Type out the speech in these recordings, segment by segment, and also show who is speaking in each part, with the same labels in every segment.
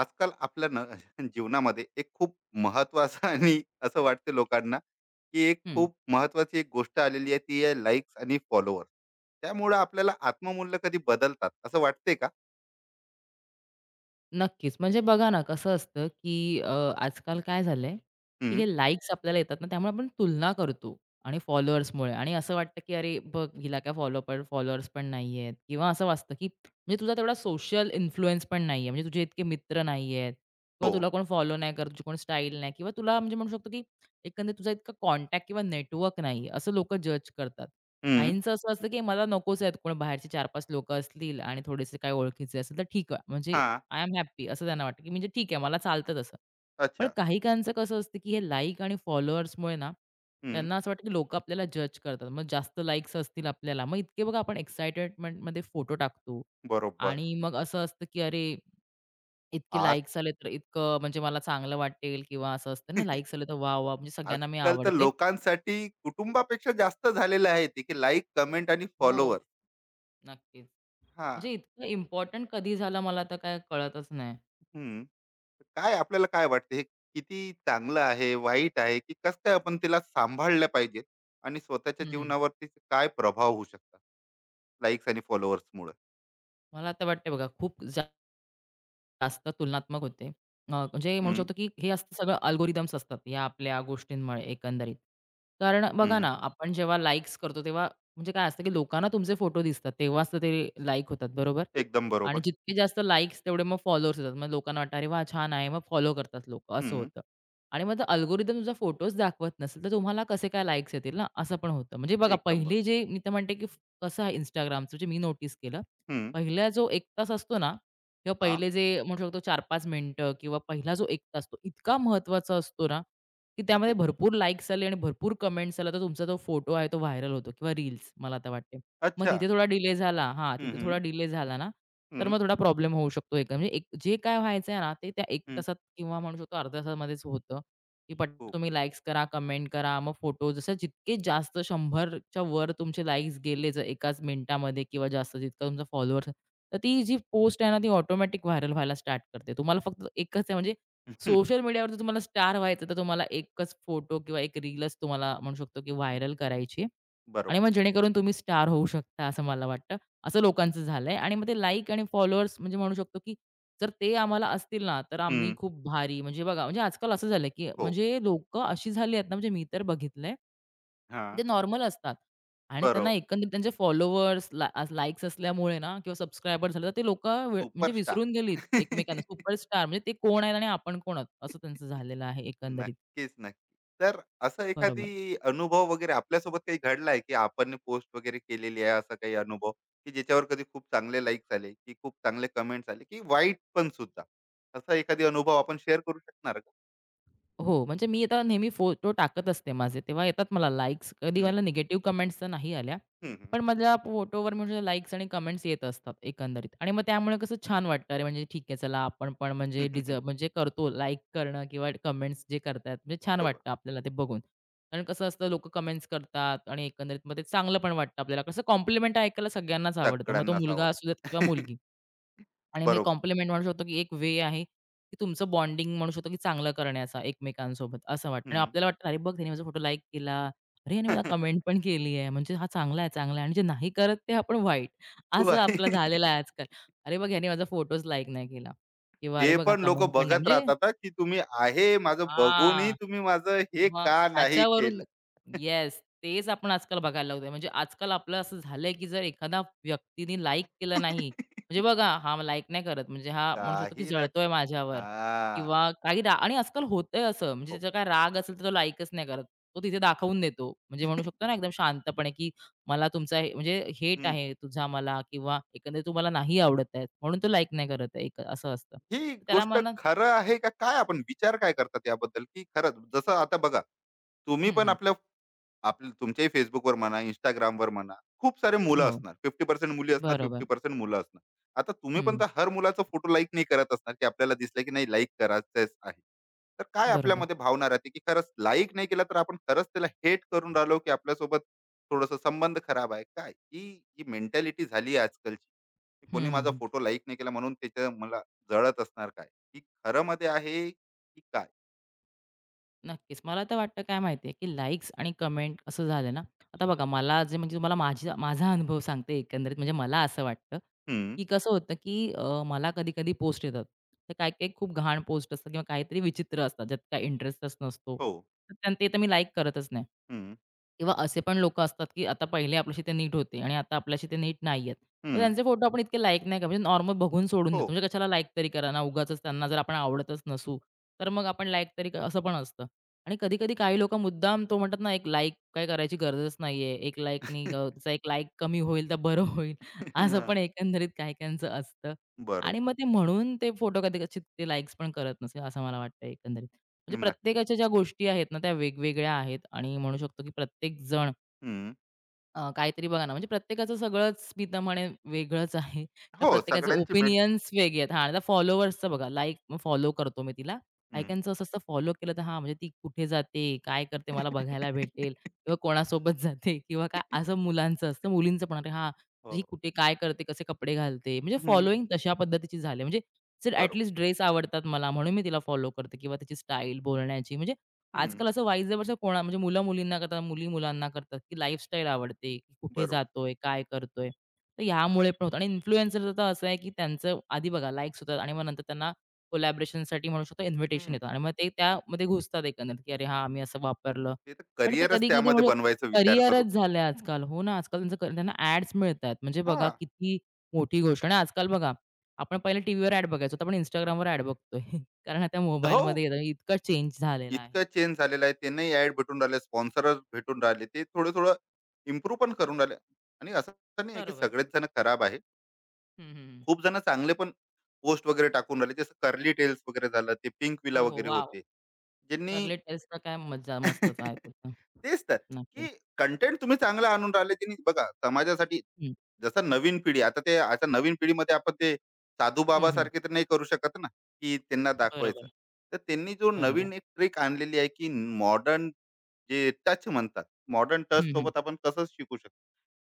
Speaker 1: आजकाल आपल्या जीवनामध्ये एक खूप महत्वाचं आणि असं वाटते लोकांना, की एक
Speaker 2: हं.
Speaker 1: खूप महत्वाची गोष्ट आलेली आहे, ती आहे लाइक्स आणि फॉलोअर्स. त्यामुळं आपल्याला आत्ममूल्य कधी बदलतात असं वाटते का?
Speaker 2: नक्कीच. म्हणजे बघा ना, कसं असतं, की आजकाल काय झालंय, की
Speaker 1: हं.
Speaker 2: हे लाइक्स आपल्याला येतात ना, त्यामुळे आपण तुलना करतो आणि फॉलोअर्समुळे आणि असं वाटतं, की "अरे बघ, हिला काय फॉलो पण फॉलोअर्स पण नाही आहेत." किंवा असं वाटतं, की म्हणजे तुझा तेवढा सोशल इन्फ्लुअन्स पण नाही आहे. म्हणजे तुझे इतके मित्र नाही आहेत किंवा
Speaker 1: हो.
Speaker 2: तुला कोण फॉलो नाही करत, तुझी कोण स्टाईल नाही किंवा तुला म्हणजे म्हणू शकतो, की एकंदरीत तुझा इतका कॉन्टॅक्ट किंवा नेटवर्क नाही असं लोकं जज करतात.
Speaker 1: हं.
Speaker 2: काहींचं असं असतं, की मला नकोच आहेत कोण बाहेरचे 4-5 लोकं असतील आणि थोडेसे काही ओळखीचे असेल तर ठीक आहे. म्हणजे
Speaker 1: हां.
Speaker 2: आय एम हॅप्पी असं त्यांना वाटतं, की म्हणजे ठीक आहे मला चालतं तसं. पण
Speaker 1: अच्छा.
Speaker 2: काही काहींचं कसं असतं, की हे लाइक आणि फॉलोअर्समुळे ना,
Speaker 1: हं.
Speaker 2: त्यांना असं वाटतं, की लोकं आपल्याला जज करतात. मग जास्त लाइक्स असतील आपल्याला, मग इतके बघा आपण एक्साइटमेंटमध्ये फोटो टाकतो
Speaker 1: बरोबर.
Speaker 2: आणि मग असं असतं, की अरे इतके
Speaker 1: आज
Speaker 2: लाइक्स आले तर इतकं म्हणजे मला चांगलं वाटेल किंवा असं असतं ना, लाइक्स आले तर वाह, वाह! म्हणजे सगळ्यांना मी
Speaker 1: आजकाल तर
Speaker 2: आवडते.
Speaker 1: लोकांसाठी कुटुंबापेक्षा जास्त झालेलं आहे ते, की लाइक, कमेंट आणि
Speaker 2: हो,
Speaker 1: फॉलोअर्स.
Speaker 2: नक्कीच.
Speaker 1: हां.
Speaker 2: म्हणजे इतकं इम्पोर्टंट कधी झालं मला तर काय कळतच नाही.
Speaker 1: हं. काय आपल्याला काय वाटते, हे किती चांगलं आहे, वाईट आहे, की कसं काय आपण तिला सांभाळलं पाहिजे आणि स्वतःच्या
Speaker 2: हं.
Speaker 1: जीवनावरती काय प्रभाव होऊ शकतात लाईक्स आणि फॉलोअर्स मुळे.
Speaker 2: मला तर वाटते बघा खूप जास्त तुलनात्मक होते. म्हणजे म्हणू
Speaker 1: हम्म,
Speaker 2: शकतो, की हे असतं सगळं अल्गोरिदम्स असतात या आपल्या गोष्टींमुळे एकंदरीत. कारण बघा
Speaker 1: हम्म,
Speaker 2: ना, आपण जेव्हा लाइक्स करतो तेव्हा म्हणजे काय असतं, की लोकांना तुमचे फोटो दिसतात तेव्हाच तर ते लाइक होतात, बरोबर?
Speaker 1: एकदम
Speaker 2: आणि
Speaker 1: बरोबर.
Speaker 2: जितके जास्त लाइक्स तेवढे मग फॉलोअर्स येतात. मग लोकांना वाटतं, "अरे वाह! छान आहे." मग फॉलो करतात लोकं असं
Speaker 1: हम्म,
Speaker 2: होतं. आणि मग अल्गोरिदम तुमचा फोटोच दाखवत नसेल, तर तुम्हाला कसे काय लाइक्स येतील ना, असं पण होतं. म्हणजे बघा
Speaker 1: एकदम
Speaker 2: पहिले
Speaker 1: बरोबर.
Speaker 2: जे मी तर म्हणते, की कसं आहे Instagramचं जे मी नोटीस केलं.
Speaker 1: हम्म,
Speaker 2: पहिला जो 1 तास असतो ना किंवा
Speaker 1: हा.
Speaker 2: पहिले जे म्हणू शकतो 4-5 मिनिटं किंवा पहिला जो 1 तास तो इतका महत्त्वाचा असतो ना, की त्यामध्ये
Speaker 1: अच्छा.
Speaker 2: भरपूर लाइक्स आले आणि भरपूर कमेंट्स आल्या, तर तुमचा तो फोटो आहे तो व्हायरल होतो किंवा रील्स मला आता वाटते. मग
Speaker 1: अच्छा.
Speaker 2: तिथे थोडा डिले झाला हां,
Speaker 1: हम्म,
Speaker 2: तिथे थोडा
Speaker 1: हम्म,
Speaker 2: डिले झाला ना, तर
Speaker 1: हम्म,
Speaker 2: मग थोडा प्रॉब्लेम होऊ शकतो. एक म्हणजे एक जे काय व्हायचं आहे ना, ते त्या 1
Speaker 1: हम्म,
Speaker 2: तासात किंवा म्हणू शकतो अर्ध्या तासामध्येच होतं, की पटकन
Speaker 1: हो.
Speaker 2: तुम्ही लाइक्स करा, कमेंट करा, मग फोटो जसं जितके जास्त 100च्या वर तुमचे लाइक्स गेले जर एकाच मिनिटामध्ये किंवा जास्त जितका तुमचा फॉलोअर्स तर ती जी पोस्ट आहे ना, ती ऑटोमॅटिक व्हायरल व्हायला स्टार्ट करते. तुम्हाला फक्त एकच आहे म्हणजे सोशल मीडियावरती तुम्हाला स्टार व्हायचं तर तुम्हाला एकच फोटो किंवा एक रीलच तुम्हाला म्हणू शकतो, की
Speaker 1: हम्म,
Speaker 2: व्हायरल करायची आहे आणि
Speaker 1: बरोबर.
Speaker 2: मग जेणेकरून तुम्ही स्टार होऊ शकता असं मला वाटतं. असं लोकांचं झालंय आणि मग ते लाइक आणि फॉलोअर्स म्हणजे म्हणू शकतो, की जर ते आम्हाला असतील ना, तर आम्ही
Speaker 1: हम्म,
Speaker 2: खूप भारी म्हणजे बघा म्हणजे आजकाल असं झालं, की
Speaker 1: हो.
Speaker 2: म्हणजे लोकं अशी झाली आहेत ना, म्हणजे मी तर बघितलंय
Speaker 1: हा.
Speaker 2: ते नॉर्मल असतात आणि त्यांना
Speaker 1: बरोबर.
Speaker 2: एकंदरीत त्यांचे फॉलोअर्स, लाइक्स असल्यामुळे ना किंवा सबस्क्रायबर्स झाले, तर ते लोकं म्हणजे
Speaker 1: सुपरस्टार.
Speaker 2: विसरून गेलीत एकमेकांना. सुपरस्टार म्हणजे ते कोण आहेत आणि आपण कोण आहोत, असं त्यांचं झालेलं आहे एकंदरीत.
Speaker 1: नक्कीच, नक्की. तर असा एखादी
Speaker 2: बरोबर.
Speaker 1: अनुभव वगैरे आपल्यासोबत काही घडला आहे, की आपण पोस्ट वगैरे केलेली आहे, असा काही अनुभव, की ज्याच्यावर कधी खूप चांगले लाईक्स आले, की खूप चांगले कमेंट्स आले, की वाईट पण सुद्धा? असा एखादी अनुभव आपण शेअर करू शकणार का?
Speaker 2: हो, म्हणजे मी आता नेहमी फोटो टाकत असते माझे. तेव्हा येतात मला लाइक्स. कधी
Speaker 1: हं,
Speaker 2: मला निगेटिव्ह कमेंट्स तर नाही आल्या.
Speaker 1: हं, हं.
Speaker 2: पण माझ्या फोटोवर म्हणजे लाइक्स आणि कमेंट्स येत असतात एकंदरीत. आणि मग त्यामुळे कसं छान वाटतं. अरे, म्हणजे ठीक आहे चला आपण पण म्हणजे डिझर्व म्हणजे करतो लाइक करणं किंवा कमेंट्स जे करतायत म्हणजे छान
Speaker 1: बरोबर.
Speaker 2: वाटतं आपल्याला ते बघून. कारण कसं असतं लोकं कमेंट्स करतात आणि एकंदरीत मग ते चांगलं पण वाटतं आपल्याला. कसं कॉम्प्लिमेंट ऐकायला सगळ्यांनाच आवडतं. मग तो
Speaker 1: सगळ्यांनाच
Speaker 2: मुलगा
Speaker 1: आवडतं.
Speaker 2: असू देत किंवा मुलगी. आणि मग हे
Speaker 1: बरोबर.
Speaker 2: कॉम्प्लिमेंट म्हणू शकतो, की एक वे आहे, की तुमचं बॉन्डिंग म्हणू शकतो, की चांगलं करण्याचा एकमेकांसोबत असं वाटतं. आणि
Speaker 1: हं.
Speaker 2: आपल्याला वाटतं, "अरे बघ, त्याने माझा फोटो लाईक केला. अरे, याने मला कमेंट पण केली आहे. म्हणजे हा चांगला आहे, चांगला आहे." आणि जे नाही करत ते आपण वाईट. असं
Speaker 1: वाई.
Speaker 2: आपलं झालेलं आहे आजकाल. "अरे बघ, याने माझा फोटोच लाईक नाही केला." किंवा "अरे
Speaker 1: ते
Speaker 2: बघ, हा
Speaker 1: पण लोकं
Speaker 2: कमेंट पण नाही."
Speaker 1: बघत
Speaker 2: म्हणजे
Speaker 1: राहतात हां, की तुम्ही आहे माझं बघूनही
Speaker 2: हां.
Speaker 1: तुम्ही माझं हे
Speaker 2: मग
Speaker 1: का नाही केलं?
Speaker 2: त्याच्यावरून येस, तेच आपण आजकाल बघायला लागलोय. म्हणजे आजकाल आपलं असं झालंय, की जर एखादा व्यक्तीने लाइक केलं नाही, म्हणजे बघा हा लाइक नाही करत, म्हणजे हा म्हणू शकतो, की
Speaker 1: काही ना.
Speaker 2: जळतोय माझ्यावर
Speaker 1: हां.
Speaker 2: किंवा काही आणि आजकाल होतंय असं, म्हणजे
Speaker 1: हो.
Speaker 2: त्याचा काय राग असेल तर तो लाइकच नाही करत. तो तिथे दाखवून देतो. म्हणजे म्हणू शकतो ना एकदम शांतपणे, की मला तुमचा हे म्हणजे हेट
Speaker 1: हं.
Speaker 2: आहे तुझा मला किंवा एकंदरीत तू मला नाही आवडत आहे, म्हणून तो लाइक नाही करत आहे, एक असं असतं.
Speaker 1: ही
Speaker 2: तर त्याला
Speaker 1: गोष्ट
Speaker 2: म्हणा
Speaker 1: खरं आहे का, काय आपण विचार काय करतात याबद्दल, की खरंच जसं आता बघा, तुम्ही
Speaker 2: हं,
Speaker 1: पण
Speaker 2: हं.
Speaker 1: आपल्या आपल्या तुमच्याही फेसबुकवर म्हणा, Instagramवर म्हणा, खूप सारे मुलं
Speaker 2: हो,
Speaker 1: असणार. 50% मुली असणार,
Speaker 2: बरोबर.
Speaker 1: 50% मुलं असणार. आता तुम्ही
Speaker 2: हं,
Speaker 1: पण
Speaker 2: हं.
Speaker 1: तर हर मुलाचा फोटो लाइक नाही करत असणार, की आपल्याला दिसलं की नाही लाइक करायचंच आहे. तर काय
Speaker 2: बरोबर.
Speaker 1: आपल्यामध्ये भावना राहते, की खरंच लाइक नाही केला तर आपण खरंच त्याला हेट करून राहिलो, की आपल्यासोबत थोडासा संबंध खराब आहे. काय ही जी मेंटॅलिटी झाली आहे आजकालची, की
Speaker 2: हं,
Speaker 1: कोणी
Speaker 2: हं,
Speaker 1: माझा
Speaker 2: हं.
Speaker 1: फोटो लाइक नाही केला म्हणून त्याचं मला जळत असणार काय? ही खरं मध्ये आहे, की काय?
Speaker 2: नक्कीच. मला तर वाटतं काय माहिती की लाइक्स आणि कमेंट असं झालं ना, आता बघा मला जे म्हणजे तुम्हाला माझी माझा अनुभव सांगते एकंदरीत म्हणजे मला असं वाटतं,
Speaker 1: हं.
Speaker 2: की कसं होतं, की मला कधी-कधी पोस्ट येतात. तर काही-काही खूप घाण पोस्ट असतात किंवा काहीतरी विचित्र असतात, ज्यात काही इंटरेस्टच नसतो.
Speaker 1: हो.
Speaker 2: तर ते तर मी लाइक करतच नाही.
Speaker 1: हं.
Speaker 2: किंवा असे पण लोकं असतात, की आता पहिले आपल्याशी ते नीट होते आणि आता आपल्याशी ते नीट नाहीयेत. मग
Speaker 1: हं.
Speaker 2: त्यांचे फोटो आपण इतके लाईक नाही का म्हणजे नॉर्मल बघून सोडून देतो.
Speaker 1: हो.
Speaker 2: म्हणजे कशाला लाईक तरी करा ना, उगाच त्यांना जर आपण आवडतच नसू, तर मग आपण लाईक तरी असं पण असतं. आणि कधी-कधी काही लोकं मुद्दाम तो म्हणतात ना, एक लाईक काय करायची गरजच नाहीये. एक लाईकनी त्याचा एक लाईक कमी होईल तर बरं होईल. असं पण एकंदरीत काही-काहींचं असतं. आणि
Speaker 1: बरोबर.
Speaker 2: मग ते म्हणून ते फोटो कदाचित ते लाईक्स पण करत नसेल, असं मला वाटतं एकंदरीत. म्हणजे
Speaker 1: नक्की.
Speaker 2: प्रत्येकाच्या ज्या गोष्टी आहेत ना, त्या वेगवेगळ्या आहेत आणि म्हणू शकतो की प्रत्येक जण
Speaker 1: हं.
Speaker 2: काहीतरी बघा ना, म्हणजे प्रत्येकाचं सगळंच मी तर म्हणेन वेगळंच आहे. त्या
Speaker 1: हो,
Speaker 2: प्रत्येकाचे
Speaker 1: सगळ्यांची मेंट
Speaker 2: ओपिनियन्स वेगळे आहेत. हां, आता फॉलोवर्सचं बघा, लाइक फॉलो करतो मी तिला. काही असं असतं फॉलो केलं तर हां, म्हणजे ती कुठे जाते, काय करते, मला बघायला भेटेल किंवा कोणासोबत जाते किंवा काय असं मुलांचं असतं. मुलींचं पण अरे हां, ही
Speaker 1: हो.
Speaker 2: कुठे काय करते, कसे कपडे घालते, म्हणजे
Speaker 1: हं.
Speaker 2: फॉलोइंग तशा पद्धतीची झाली. म्हणजे ॲट
Speaker 1: बरोबर.
Speaker 2: ड्रेस आवडतात मला म्हणून मी तिला फॉलो करते किंवा तिची स्टाईल, बोलण्याची म्हणजे
Speaker 1: हं.
Speaker 2: आजकाल असं वाईजवरचं कोणा म्हणजे मुलं-मुलींना करतात, मुली-मुलांना करतात, की लाईफस्टाईल आवडते, की कुठे
Speaker 1: बरोबर.
Speaker 2: जातोय, काय करतोय. तर ह्यामुळे पण होतं आणि इन्फ्लुएन्सरचं तर असं आहे, की त्यांचं आधी बघा लाईक्स होतात आणि मग नंतर त्यांना कोलॅबोरेशनसाठी म्हणू शकतो इन्व्हिटेशन
Speaker 1: हं.
Speaker 2: येतात आणि मग ते त्यामध्ये घुसतात एकंदरीत, की "अरे हां, आम्ही असं वापरलं."
Speaker 1: ते तर
Speaker 2: पण ते
Speaker 1: करिअरच
Speaker 2: कधी-कधी
Speaker 1: त्यामध्ये
Speaker 2: म्हणजे
Speaker 1: बनवायचा विचार करून.
Speaker 2: करिअरच झालंय आजकाल. हो ना, आजकाल त्यांचं त्यांना ॲड्स मिळतात. म्हणजे बघा
Speaker 1: हां.
Speaker 2: किती मोठी गोष्ट आणि आजकाल बघा, आपण पहिले टीव्हीवर ॲड बघायचो, आता आपण Instagramवर ॲड बघतोय. कारण आता मोबाईलमध्ये
Speaker 1: हो.
Speaker 2: येतं. इतका चेंज झालेला आहे.
Speaker 1: इतकं चेंज झालेलं आहे. त्यांनाही ॲड भेटून राहिले, स्पॉन्सरच भेटून राहिले. ते थोडं-थोडं इम्प्रूव्ह पण करून राहिले आणि असं नाही आहे की
Speaker 2: बरोबर.
Speaker 1: सगळेच जण खराब आहे.
Speaker 2: हं, हं, हं.
Speaker 1: खूप जण चांगले पण पोस्ट वगैरे टाकून राहिले. जसं कर्ली टेल्स वगैरे झालं, ते पिंकविला
Speaker 2: हो, हो.
Speaker 1: वगैरे
Speaker 2: वॉव!
Speaker 1: होते. ज्यांनी
Speaker 2: कर्ली टेल्सला काय मज्जा मस्तच आहे तिथं.
Speaker 1: तेच तर,
Speaker 2: नक्कीच.
Speaker 1: की कंटेंट तुम्ही चांगला आणून राहिले की नाही बघा समाजासाठी.
Speaker 2: हं,
Speaker 1: जसं नवीन पिढी, आता ते आता नवीन पिढीमध्ये आपण ते साधू
Speaker 2: हं, हं.
Speaker 1: बाबासारखे तर नाही करू शकत ना, की त्यांना दाखवायचं.
Speaker 2: बरोबर,
Speaker 1: तर त्यांनी जो
Speaker 2: बरोबर.
Speaker 1: नवीन एक ट्रिक आणलेली आहे, की मॉडर्न जे टच म्हणतात, मॉडर्न टच
Speaker 2: हं, हं.
Speaker 1: सोबत आपण कसं शिकू शकतो.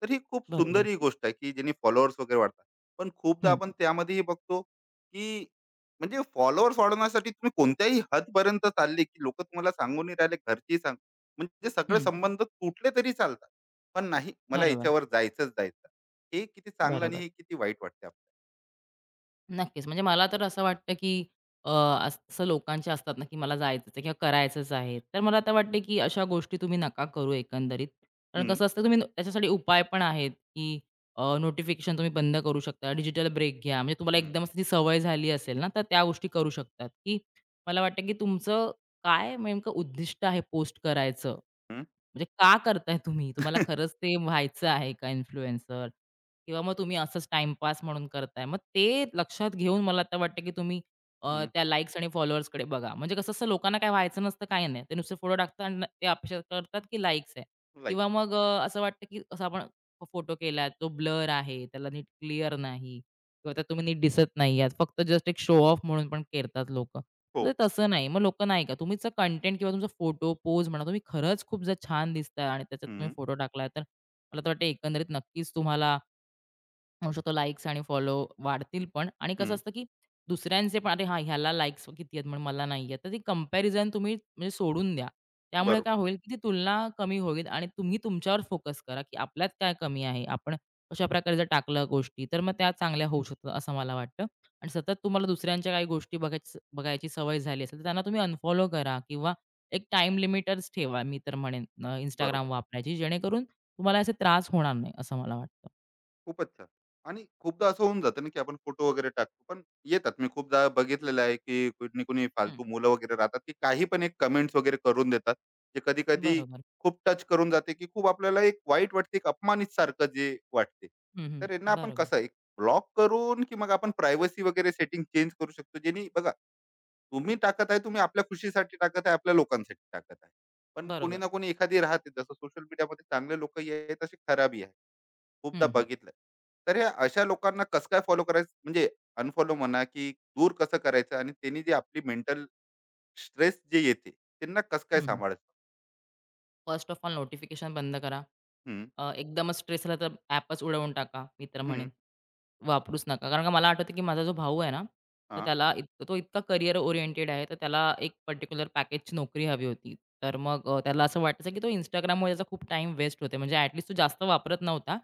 Speaker 1: तर ही खूप
Speaker 2: बरोबर.
Speaker 1: सुंदर ही गोष्ट आहे, की ज्यांनी फॉलोअर्स वगैरे वाढतात. पण खूपदा
Speaker 2: हं,
Speaker 1: आपण त्यामध्येही बघतो, की म्हणजे फॉलोअर्स वाढवण्यासाठी तुम्ही कोणत्याही हदपर्यंत चालले, की लोकं तुम्हाला सांगून नाही राहिले, घरचेही सांग. म्हणजे सगळे
Speaker 2: हं.
Speaker 1: संबंध तुटले तरी चालतात. पण नाही, मला
Speaker 2: बरोबर,
Speaker 1: याच्यावर जायचं. हे किती चांगलं आणि
Speaker 2: बरोबर.
Speaker 1: हे किती वाईट वाटते आपल्याला.
Speaker 2: नक्कीच. म्हणजे मला तर असं वाटतं, की अ, असं लोकांचे असतात ना, की मला जायचंच आहे किंवा करायचंच आहे. तर मला तर वाटतं, की अशा गोष्टी तुम्ही नका करू एकंदरीत. कारण
Speaker 1: हं,
Speaker 2: कसं असतं तुम्ही त्याच्यासाठी उपाय पण आहेत, की नोटिफिकेशन तुम्ही बंद करू शकता, डिजिटल ब्रेक घ्या. म्हणजे तुम्हाला एकदमच त्याची सवय झाली असेल ना, तर त्या गोष्टी करू शकतात, की मला वाटतं, की तुमचं काय नेमकं उद्दिष्ट आहे पोस्ट करायचं? म्हणजे का करताय तुम्ही? तुम्हाला खरंच ते व्हायचं आहे का इन्फ्लुएन्सर? किंवा मग तुम्ही असंच टाईमपास म्हणून करताय. मग ते लक्षात घेऊन मला आता वाटतं, की तुम्ही त्या लाईक्स आणि फॉलोअर्सकडे बघा. म्हणजे कसं असतं लोकांना काय व्हायचं नसतं, काही नाही. ते नुसते फोटो टाकतात आणि ते अपेक्षा करतात, की लाईक्स आहे किंवा मग असं वाटतं, की असं आपण फोटो केलाय, तो ब्लर आहे, त्याला नीट क्लिअर नाही किंवा त्यात तुम्ही नीट दिसत नाही आहात. फक्त जस्ट एक शो ऑफ म्हणून पण करतात लोकं. तर
Speaker 1: हो.
Speaker 2: ते तसं नाही. मग लोकं नाही का तुमचा कंटेंट किंवा तुमचा फोटो, पोज म्हणा, तुम्ही खरंच खूप जर छान दिसताय आणि त्याच्यात तुम्ही
Speaker 1: हं,
Speaker 2: फोटो टाकलाय, तर मला तर वाटतं एकंदरीत नक्कीच तुम्हाला म्हणू शकतो लाईक्स आणि फॉलो वाढतील पण आणि कसं
Speaker 1: हं.
Speaker 2: असतं की दुसऱ्यांचे पण अरे हां, ह्याला लाईक्स किती आहेत म्हणून मला नाही आहेत. तर ती कंपॅरिझन तुम्ही म्हणजे सोडून द्या. त्यामुळे काय
Speaker 1: बरोबर,
Speaker 2: होईल की ती तुलना कमी होईल आणि तुम्ही तुमच्यावर फोकस करा की आपल्यात काय कमी आहे. आपण कशाप्रकारे जर टाकलं गोष्टी तर मग त्या चांगल्या होऊ शकतात असं मला वाटतं. आणि सतत तुम्हाला दुसऱ्यांच्या काही गोष्टी बघायची सवय झाली असेल तर त्यांना तुम्ही अनफॉलो करा किंवा एक टाईम लिमिटच ठेवा मी तर म्हणेन
Speaker 1: बरोबर.
Speaker 2: वापरायची जेणेकरून तुम्हाला असे त्रास होणार नाही असं मला वाटतं.
Speaker 1: खूपच छान. आणि खूपदा असं होऊन जातं ना, की आपण फोटो वगैरे टाकतो. पण येतात, मी खूपदा बघितलेलं आहे, की कोणी कोणी
Speaker 2: हं,
Speaker 1: फालतू मुलं वगैरे राहतात, की काही पण एक कमेंट्स वगैरे करून देतात. जे कधी-कधी
Speaker 2: बरोबर.
Speaker 1: खूप टच करून जाते, की खूप आपल्याला एक वाईट वाटते, एक अपमानित सारखं जे वाटते.
Speaker 2: हं, हं.
Speaker 1: तर यांना आपण
Speaker 2: बरोबर,
Speaker 1: कसं एक ब्लॉक करून, की मग आपण प्रायव्हसी वगैरे सेटिंग चेंज करू शकतो. ज्यानी बघा, तुम्ही टाकत आहे, तुम्ही आपल्या खुशीसाठी टाकत आहे, आपल्या लोकांसाठी टाकत आहे. पण कोणी
Speaker 2: बरोबर.
Speaker 1: ना कोणी एखादी राहते, जसं सोशल मीडियामध्ये चांगले लोकही आहेत, तसे खराबही आहेत. खूपदा
Speaker 2: हं, हं.
Speaker 1: बघितलंय. तर हे अशा लोकांना कसं काय फॉलो करायचं, म्हणजे अनफॉलो म्हणा की दूर कसं करायचं, आणि त्यांनी जे आपली मेंटल स्ट्रेस जे येते, त्यांना कसं काय सांभाळायचं?
Speaker 2: फर्स्ट ऑफ ऑल नोटिफिकेशन बंद करा.
Speaker 1: हं,
Speaker 2: एकदमच स्ट्रेस आला तर ॲपच उडवून टाका, मी तर
Speaker 1: हं,
Speaker 2: म्हणेन. वापरूच नका. कारण का मला आठवतं, की माझा जो भाऊ आहे ना, तर
Speaker 1: हां,
Speaker 2: त्याला तो इतका करियर ओरिएंटेड आहे, तर त्याला एक पर्टिक्युलर पॅकेजची नोकरी हवी होती. तर मग त्याला असं वाटायचं, की तो Instagramमुळे त्याचा खूप टाईम वेस्ट होते म्हणजे ॲट तो जास्त वापरत नव्हता.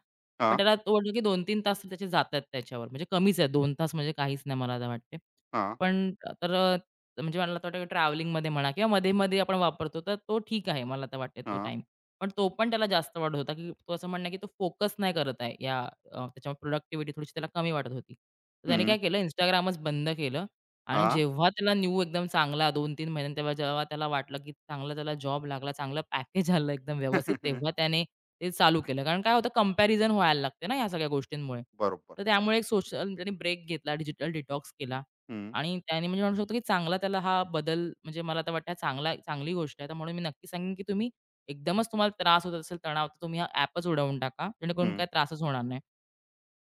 Speaker 2: पण
Speaker 1: हां,
Speaker 2: त्याला तो वाटलं, की 2-3 तास तर त्याचे जातात त्याच्यावर. म्हणजे कमीच आहे 2 तास म्हणजे काहीच नाही मला तर वाटते.
Speaker 1: हां,
Speaker 2: पण तर म्हणजे मला तर वाटतं ट्रॅव्हलिंगमध्ये म्हणा किंवा मध्ये-मध्ये आपण वापरतो, तर तो ठीक आहे मला तर वाटते तो
Speaker 1: हां,
Speaker 2: टाईम. पण तो पण त्याला जास्त वाटत होता, की तो असं म्हणणं आहे, की तो फोकस नाही करत आहे या त्याच्यामुळे प्रोडक्टिव्हिटी थोडीशी त्याला कमी वाटत होती. तर त्याने
Speaker 1: हं,
Speaker 2: काय केलं Instagramच बंद केलं आणि
Speaker 1: हां.
Speaker 2: जेव्हा त्याला न्यू एकदम चांगला 2-3 महिन्यांनी तेव्हा जेव्हा त्याला वाटलं, की चांगला त्याला जॉब लागला, चांगलं पॅकेज आलं एकदम व्यवस्थित, तेव्हा त्याने ते चालू केलं. कारण काय होतं कंपॅरिझन व्हायला लागते ना, ह्या सगळ्या गोष्टींमुळे.
Speaker 1: बरोबर.
Speaker 2: तर त्यामुळे एक सोशल त्याने ब्रेक घेतला, डिजिटल डिटॉक्स केला
Speaker 1: हं,
Speaker 2: आणि त्याने म्हणजे म्हणू शकतो, की चांगला त्याला हा बदल म्हणजे मला तर वाटतं चांगला चांगली गोष्ट आहे. तर म्हणून मी नक्की सांगेन, की तुम्ही एकदमच तुम्हाला त्रास होत असेल, तणाव, तर तुम्ही हा ॲपच उडवून टाका. जेणेकरून
Speaker 1: हं.
Speaker 2: काही त्रासच होणार नाही.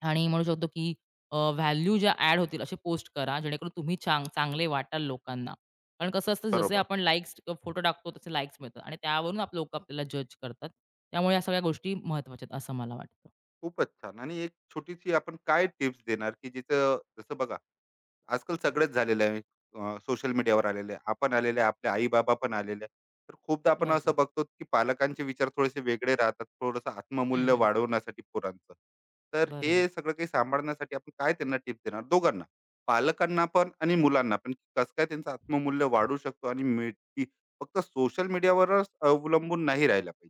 Speaker 2: आणि म्हणू शकतो की व्हॅल्यू ज्या ॲड होतील असे पोस्ट करा, जेणेकरून तुम्ही चांगले वाटाल लोकांना. कारण कसं असतं, जसे
Speaker 1: बरोबर.
Speaker 2: आपण लाईक्स फोटो टाकतो, तसे लाईक्स मिळतात आणि त्यावरून लोकं आपल्याला जज करतात. त्यामुळे या सगळ्या गोष्टी महत्त्वाच्या आहेत, असं मला वाटतं.
Speaker 1: खूपच छान. आणि एक छोटीशी आपण काय टिप्स देणार, की जिचं जसं बघा आजकाल
Speaker 2: हं.
Speaker 1: सगळेच झालेलं आहे. सोशल मीडियावर आलेले आहे. आपण आलेले आहे, आपले आई-बाबा पण आलेले आहे. तर खूपदा आपण
Speaker 2: बरोबर.
Speaker 1: असं बघतो, की पालकांचे विचार थोडेसे वेगळे राहतात. थोडंसं
Speaker 2: हं,
Speaker 1: आत्ममूल्य
Speaker 2: हं.
Speaker 1: वाढवण्यासाठी पोरांचं. तर
Speaker 2: बरोबर.
Speaker 1: हे सगळं काही सांभाळण्यासाठी आपण काय त्यांना टिप देणार दोघांना? पालकांना पण आणि मुलांना पण. की कसं काय त्यांचं आत्ममूल्य वाढू शकतो आणि मिळती फक्त सोशल मीडियावरच अवलंबून नाही राहिला पाहिजे.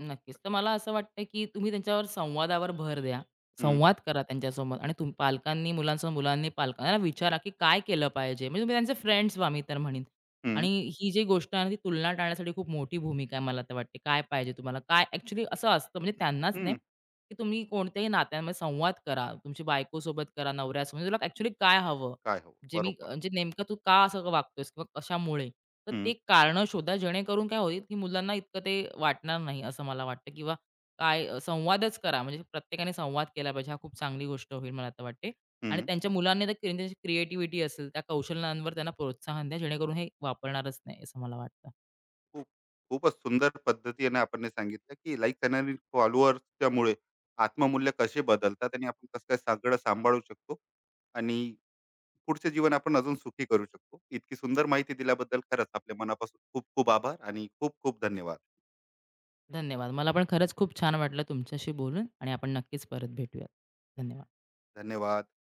Speaker 2: नक्कीच. तर मला असं वाटतं, की तुम्ही त्यांच्यावर संवादावर भर द्या.
Speaker 1: हं,
Speaker 2: संवाद करा त्यांच्यासोबत आणि पालकांनी मुलांसोबत मुलांनी पालकांना विचारा, की काय केलं पाहिजे? म्हणजे तुम्ही त्यांचे फ्रेंड्स व्हा मी तर म्हणेन.
Speaker 1: हं,
Speaker 2: आणि ही जी गोष्ट आहे ना, ती तुलना टाळण्यासाठी खूप मोठी भूमिका आहे मला तर वाटते. काय पाहिजे तुम्हाला? काय ॲक्चुअली असं असतं म्हणजे त्यांनाच नाही,
Speaker 1: हं.
Speaker 2: की तुम्ही कोणत्याही नात्यांमध्ये संवाद करा. तुमची बायकोसोबत करा, नवऱ्यासोबत. म्हणजे तुला ॲक्चुअली काय हवं?
Speaker 1: काय हो?
Speaker 2: जे मी
Speaker 1: बरोबर.
Speaker 2: म्हणजे नेमकं तू का असं वागतोयस किंवा कशामुळे? तर
Speaker 1: हं,
Speaker 2: ते कारणं शोधा जेणेकरून काय होईल, की मुलांना इतकं ते वाटणार नाही असं मला वाटतं किंवा काय संवादच करा. म्हणजे प्रत्येकाने संवाद केला पाहिजे. हा खूप चांगली गोष्ट होईल मला तर वाटते. आणि
Speaker 1: हं.
Speaker 2: त्यांच्या मुलांनी तर त्यांची क्रिएटिव्हिटी असेल, त्या कौशल्यांवर त्यांना प्रोत्साहन द्या जेणेकरून हे वापरणारच नाही असं मला वाटतं.
Speaker 1: खूप खूपच सुंदर पद्धतीने आपण हे सांगितलं की लाईक आणि फॉलोअर्सच्यामुळे आत्ममूल्य कसे बदलतात आणि आपण कसं काय सगळं सांभाळू शकतो आणि पुढचे जीवन आपण अजून सुखी करू शकतो. इतकी सुंदर माहिती दिल्याबद्दल खरंच आपल्या मनापासून खूप खूप आभार आणि खूप खूप धन्यवाद.
Speaker 2: धन्यवाद. मला पण खरंच खूप छान वाटलं तुमच्याशी बोलून आणि आपण नक्कीच परत भेटूयात. धन्यवाद.
Speaker 1: धन्यवाद.